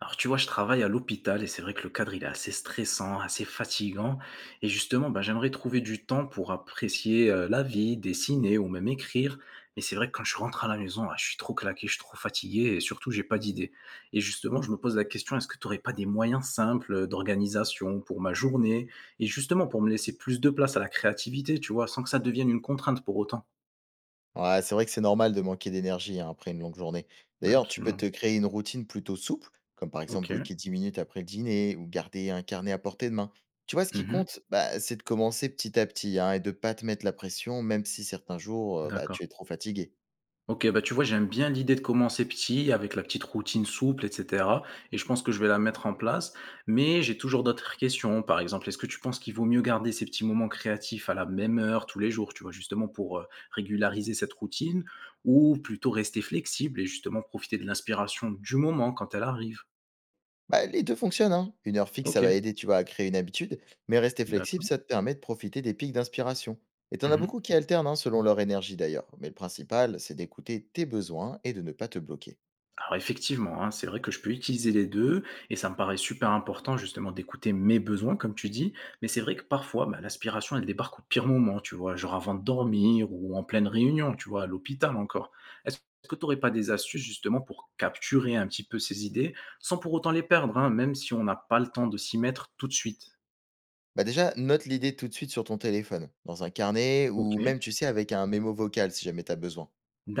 Alors tu vois, je travaille à l'hôpital et c'est vrai que le cadre il est assez stressant, assez fatigant. Et justement, bah, j'aimerais trouver du temps pour apprécier la vie, dessiner ou même écrire. Mais c'est vrai que quand je rentre à la maison, ah, je suis trop claqué, je suis trop fatigué et surtout j'ai pas d'idée. Et justement, je me pose la question, est-ce que tu n'aurais pas des moyens simples d'organisation pour ma journée et justement pour me laisser plus de place à la créativité, tu vois, sans que ça devienne une contrainte pour autant? Ouais, c'est vrai que c'est normal de manquer d'énergie hein, après une longue journée. D'ailleurs, tu peux Absolument. te créer une routine plutôt souple, comme par exemple Ok. bloquer 10 minutes après le dîner ou garder un carnet à portée de main. Tu vois, ce qui Mhm. compte, bah, c'est de commencer petit à petit hein, et de pas te mettre la pression, même si certains jours, bah, tu D'accord. es trop fatigué. OK, bah, tu vois, j'aime bien l'idée de commencer petit, avec la petite routine souple, et cetera, et je pense que je vais la mettre en place. Mais j'ai toujours d'autres questions. Par exemple, est-ce que tu penses qu'il vaut mieux garder ces petits moments créatifs à la même heure tous les jours, tu vois, justement pour, régulariser cette routine ou plutôt rester flexible et justement profiter de l'inspiration du moment quand elle arrive? Bah, les deux fonctionnent, hein. Une heure fixe, ça va OK, aider, tu vois, à créer une habitude, mais rester flexible, d'accord. ça te permet de profiter des pics d'inspiration. Et t'en as beaucoup Mmh. qui alternent hein, selon leur énergie d'ailleurs. Mais le principal, c'est d'écouter tes besoins et de ne pas te bloquer. Alors effectivement, hein, c'est vrai que je peux utiliser les 2 et ça me paraît super important justement d'écouter mes besoins comme tu dis, mais c'est vrai que parfois, bah, l'aspiration elle débarque au pire moment, tu vois? Genre avant de dormir ou en pleine réunion, tu vois? À l'hôpital encore. Est-ce que tu n'aurais pas des astuces justement pour capturer un petit peu ces idées sans pour autant les perdre, hein, même si on n'a pas le temps de s'y mettre tout de suite? Bah, déjà, note l'idée tout de suite sur ton téléphone, dans un carnet ou OK, même, tu sais, avec un mémo vocal si jamais tu as besoin.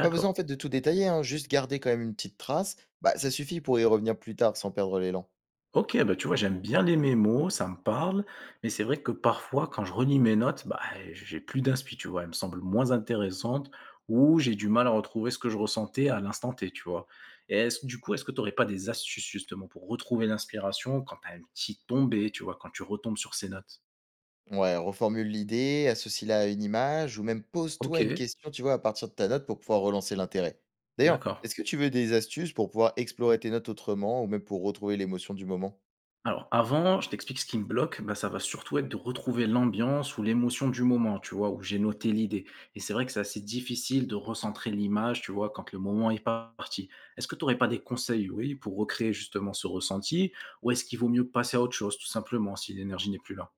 Pas besoin en fait de tout détailler, hein, juste garder quand même une petite trace, bah, ça suffit pour y revenir plus tard sans perdre l'élan. OK, bah, tu vois, j'aime bien les mémos, ça me parle, mais c'est vrai que parfois, quand je relis mes notes, bah, j'ai plus d'inspi, tu vois. Elles me semblent moins intéressantes ou j'ai du mal à retrouver ce que je ressentais à l'instant T, tu vois. Et est-ce, du coup, est-ce que tu n'aurais pas des astuces justement pour retrouver l'inspiration quand tu as une petite tombée, tu vois, quand tu retombes sur ces notes? Ouais, reformule l'idée, associe-la à une image ou même pose-toi une OK, question, tu vois, à partir de ta note pour pouvoir relancer l'intérêt. D'ailleurs, d'accord. est-ce que tu veux des astuces pour pouvoir explorer tes notes autrement ou même pour retrouver l'émotion du moment? Alors avant, je t'explique ce qui me bloque, bah, ça va surtout être de retrouver l'ambiance ou l'émotion du moment, tu vois, où j'ai noté l'idée. Et c'est vrai que c'est assez difficile de recentrer l'image, tu vois, quand le moment est parti. Est-ce que tu n'aurais pas des conseils, oui, pour recréer justement ce ressenti, ou est-ce qu'il vaut mieux passer à autre chose, tout simplement, si l'énergie n'est plus là?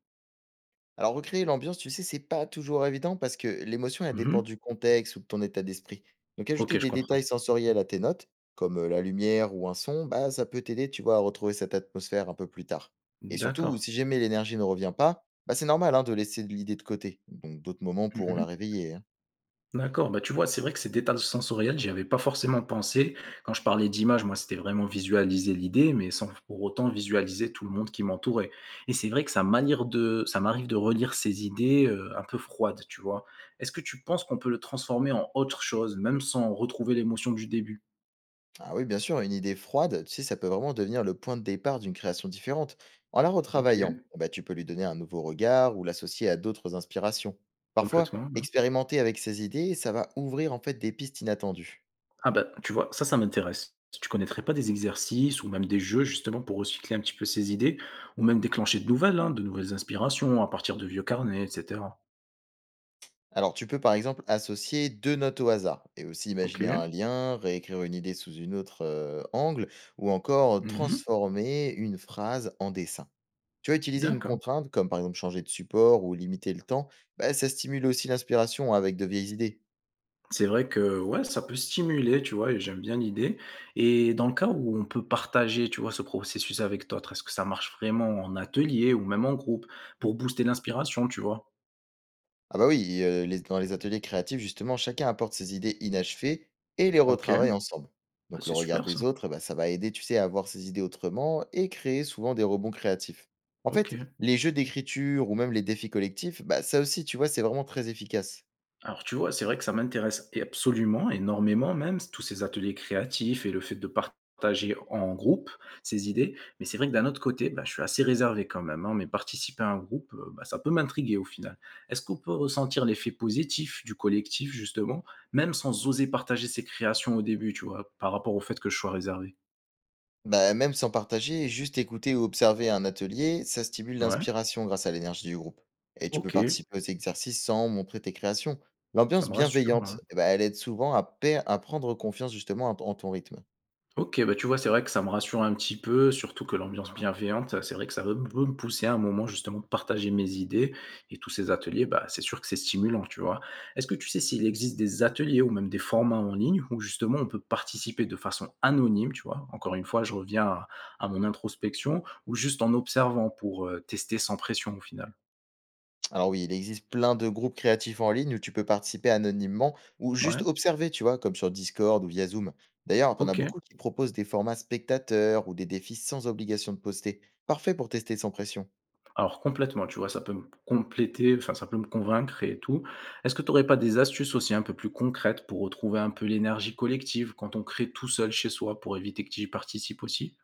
Alors recréer l'ambiance, tu sais, c'est pas toujours évident parce que l'émotion, elle Mhm. dépend du contexte ou de ton état d'esprit. Donc Ok, ajouter je des comprends. détails sensoriels à tes notes, comme la lumière ou un son, bah ça peut t'aider, tu vois, à retrouver cette atmosphère un peu plus tard. Et surtout, D'accord. si jamais l'énergie ne revient pas, bah c'est normal hein, de laisser l'idée de côté. Donc d'autres moments pourront Mhm. la réveiller, hein. D'accord, bah, tu vois, c'est vrai que ces détails sensoriels, j'y avais pas forcément pensé. Quand je parlais d'image, moi, c'était vraiment visualiser l'idée, mais sans pour autant visualiser tout le monde qui m'entourait. Et c'est vrai que ça m'arrive de relire ces idées un peu froides, tu vois. Est-ce que tu penses qu'on peut le transformer en autre chose, même sans retrouver l'émotion du début? Ah oui, bien sûr, une idée froide, tu sais, ça peut vraiment devenir le point de départ d'une création différente. En la Ok. retravaillant, bah, tu peux lui donner un nouveau regard ou l'associer à d'autres inspirations. Parfois, Complètement, ouais. expérimenter avec ses idées, ça va ouvrir en fait des pistes inattendues. Ah bah, tu vois, ça m'intéresse. Tu connaîtrais pas des exercices ou même des jeux justement pour recycler un petit peu ces idées, ou même déclencher de nouvelles, hein, de nouvelles inspirations à partir de vieux carnets, etc. Alors, tu peux par exemple associer deux notes au hasard et aussi OK. imaginer un lien, réécrire une idée sous une autre angle ou encore Mmh. transformer une phrase en dessin. Tu vas utiliser une D'accord. contrainte comme par exemple changer de support ou limiter le temps, bah, ça stimule aussi l'inspiration avec de vieilles idées. C'est vrai que, ouais, ça peut stimuler, tu vois? Et j'aime bien l'idée et dans le cas où on peut partager, tu vois, ce processus avec d'autres, est-ce que ça marche vraiment en atelier ou même en groupe pour booster l'inspiration, tu vois? Ah bah oui, les dans les ateliers créatifs justement, chacun apporte ses idées inachevées et les OK, retravaille ensemble. bah, Donc le c'est regard super ça. des autres, eh bah, ça va aider, tu sais, à voir ses idées autrement et créer souvent des rebonds créatifs. En OK. fait, les jeux d'écriture ou même les défis collectifs, bah, ça aussi, tu vois, c'est vraiment très efficace. Alors, tu vois, c'est vrai que ça m'intéresse et absolument, énormément même, tous ces ateliers créatifs et le fait de partager en groupe ces idées. Mais c'est vrai que d'un autre côté, bah, je suis assez réservé quand même, hein, mais participer à un groupe, bah, ça peut m'intriguer au final. Est-ce qu'on peut ressentir l'effet positif du collectif, justement, même sans oser partager ses créations au début, tu vois, par rapport au fait que je sois réservé? Bah, même sans partager, juste écouter ou observer un atelier, ça stimule Ouais, l'inspiration grâce à l'énergie du groupe. Et tu peux ok, participer aux exercices sans montrer tes créations. ça L'ambiance me rassure, hein. bienveillante, eh bah, elle aide souvent à per à prendre confiance justement en ton rythme. OK, bah, tu vois, c'est vrai que ça me rassure un petit peu, surtout que l'ambiance bienveillante, c'est vrai que ça veut peut me pousser à un moment justement de partager mes idées et tous ces ateliers, bah, c'est sûr que c'est stimulant, tu vois? Est-ce que tu sais s'il existe des ateliers ou même des formats en ligne où justement on peut participer de façon anonyme, tu vois? Encore une fois, je reviens à mon introspection ou juste en observant pour, tester sans pression au final? Alors oui, il existe plein de groupes créatifs en ligne où tu peux participer anonymement ou juste Ouais, observer, tu vois, comme sur Discord ou via Zoom. D'ailleurs, t'en as OK. beaucoup qui proposent des formats spectateurs ou des défis sans obligation de poster. Parfait pour tester sans pression. Alors complètement, tu vois? Ça peut me compléter, enfin ça peut me convaincre et tout. Est-ce que tu n'aurais pas des astuces aussi un peu plus concrètes pour retrouver un peu l'énergie collective quand on crée tout seul chez soi pour éviter que j'y participe aussi?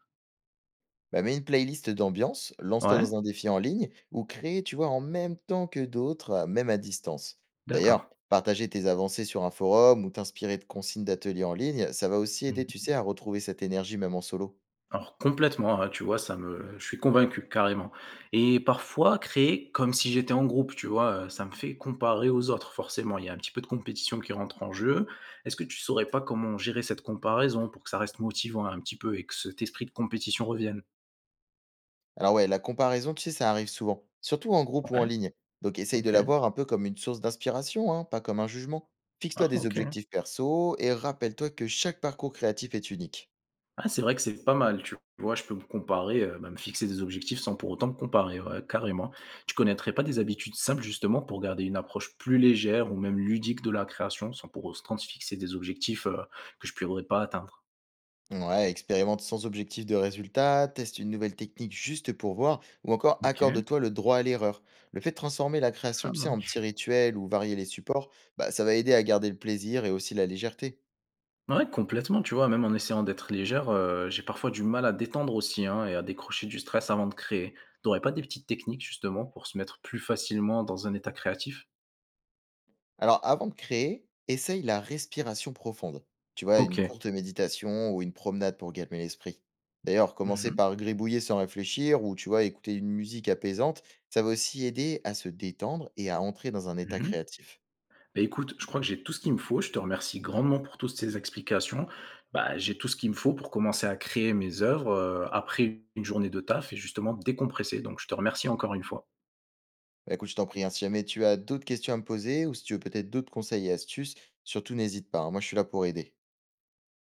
Bah, mets une playlist d'ambiance, lance-toi Ouais? dans un défi en ligne ou crée, tu vois, en même temps que d'autres, même à distance. D'ailleurs, D'accord. partager tes avancées sur un forum ou t'inspirer de consignes d'ateliers en ligne, ça va aussi aider, tu Mmh. sais, à retrouver cette énergie même en solo. Alors complètement, hein, tu vois? Ça me je suis convaincu carrément et parfois créer comme si j'étais en groupe, tu vois? Ça me fait comparer aux autres forcément. Il y a un petit peu de compétition qui rentre en jeu. Est-ce que tu saurais pas comment gérer cette comparaison pour que ça reste motivant un petit peu et que cet esprit de compétition revienne? Alors ouais, la comparaison, tu sais, ça arrive souvent, surtout en groupe ou en Ouais. ligne. Donc essaye de OK. la voir un peu comme une source d'inspiration, hein, pas comme un jugement. Fixe-toi Ah des OK. objectifs perso et rappelle-toi que chaque parcours créatif est unique. Ah c'est vrai que c'est pas mal, tu vois? Je peux me comparer, bah, me fixer des objectifs sans pour autant me comparer, ouais, carrément. Tu connaîtrais pas des habitudes simples justement pour garder une approche plus légère ou même ludique de la création sans pour autant se fixer des objectifs, que je pourrais pas atteindre? Ouais, expérimente sans objectif de résultat, teste une nouvelle technique juste pour voir, ou encore OK, accorde-toi le droit à l'erreur. Le fait de transformer la création, ça tu sais, en marche. petits rituels ou varier les supports, bah, ça va aider à garder le plaisir et aussi la légèreté. Ouais, complètement, tu vois? Même en essayant d'être légère, j'ai parfois du mal à détendre aussi, hein, et à décrocher du stress avant de créer. Tu aurais pas des petites techniques justement pour se mettre plus facilement dans un état créatif? Alors, avant de créer, essaye la respiration profonde. Tu vois, une OK. courte méditation ou une promenade pour calmer l'esprit. D'ailleurs, Mmh commencer mh. par gribouiller sans réfléchir ou, tu vois, écouter une musique apaisante, ça va aussi aider à se détendre et à entrer dans un état Mmh. créatif. Bah, écoute, je crois que j'ai tout ce qu'il me faut. Je te remercie grandement pour toutes ces explications. Bah, j'ai tout ce qu'il me faut pour commencer à créer mes œuvres, après une journée de taf et justement décompresser. Donc je te remercie encore une fois. Bah, écoute, je t'en prie, hein, si jamais tu as d'autres questions à me poser ou si tu veux peut-être d'autres conseils et astuces, surtout n'hésite pas, hein, moi, je suis là pour aider.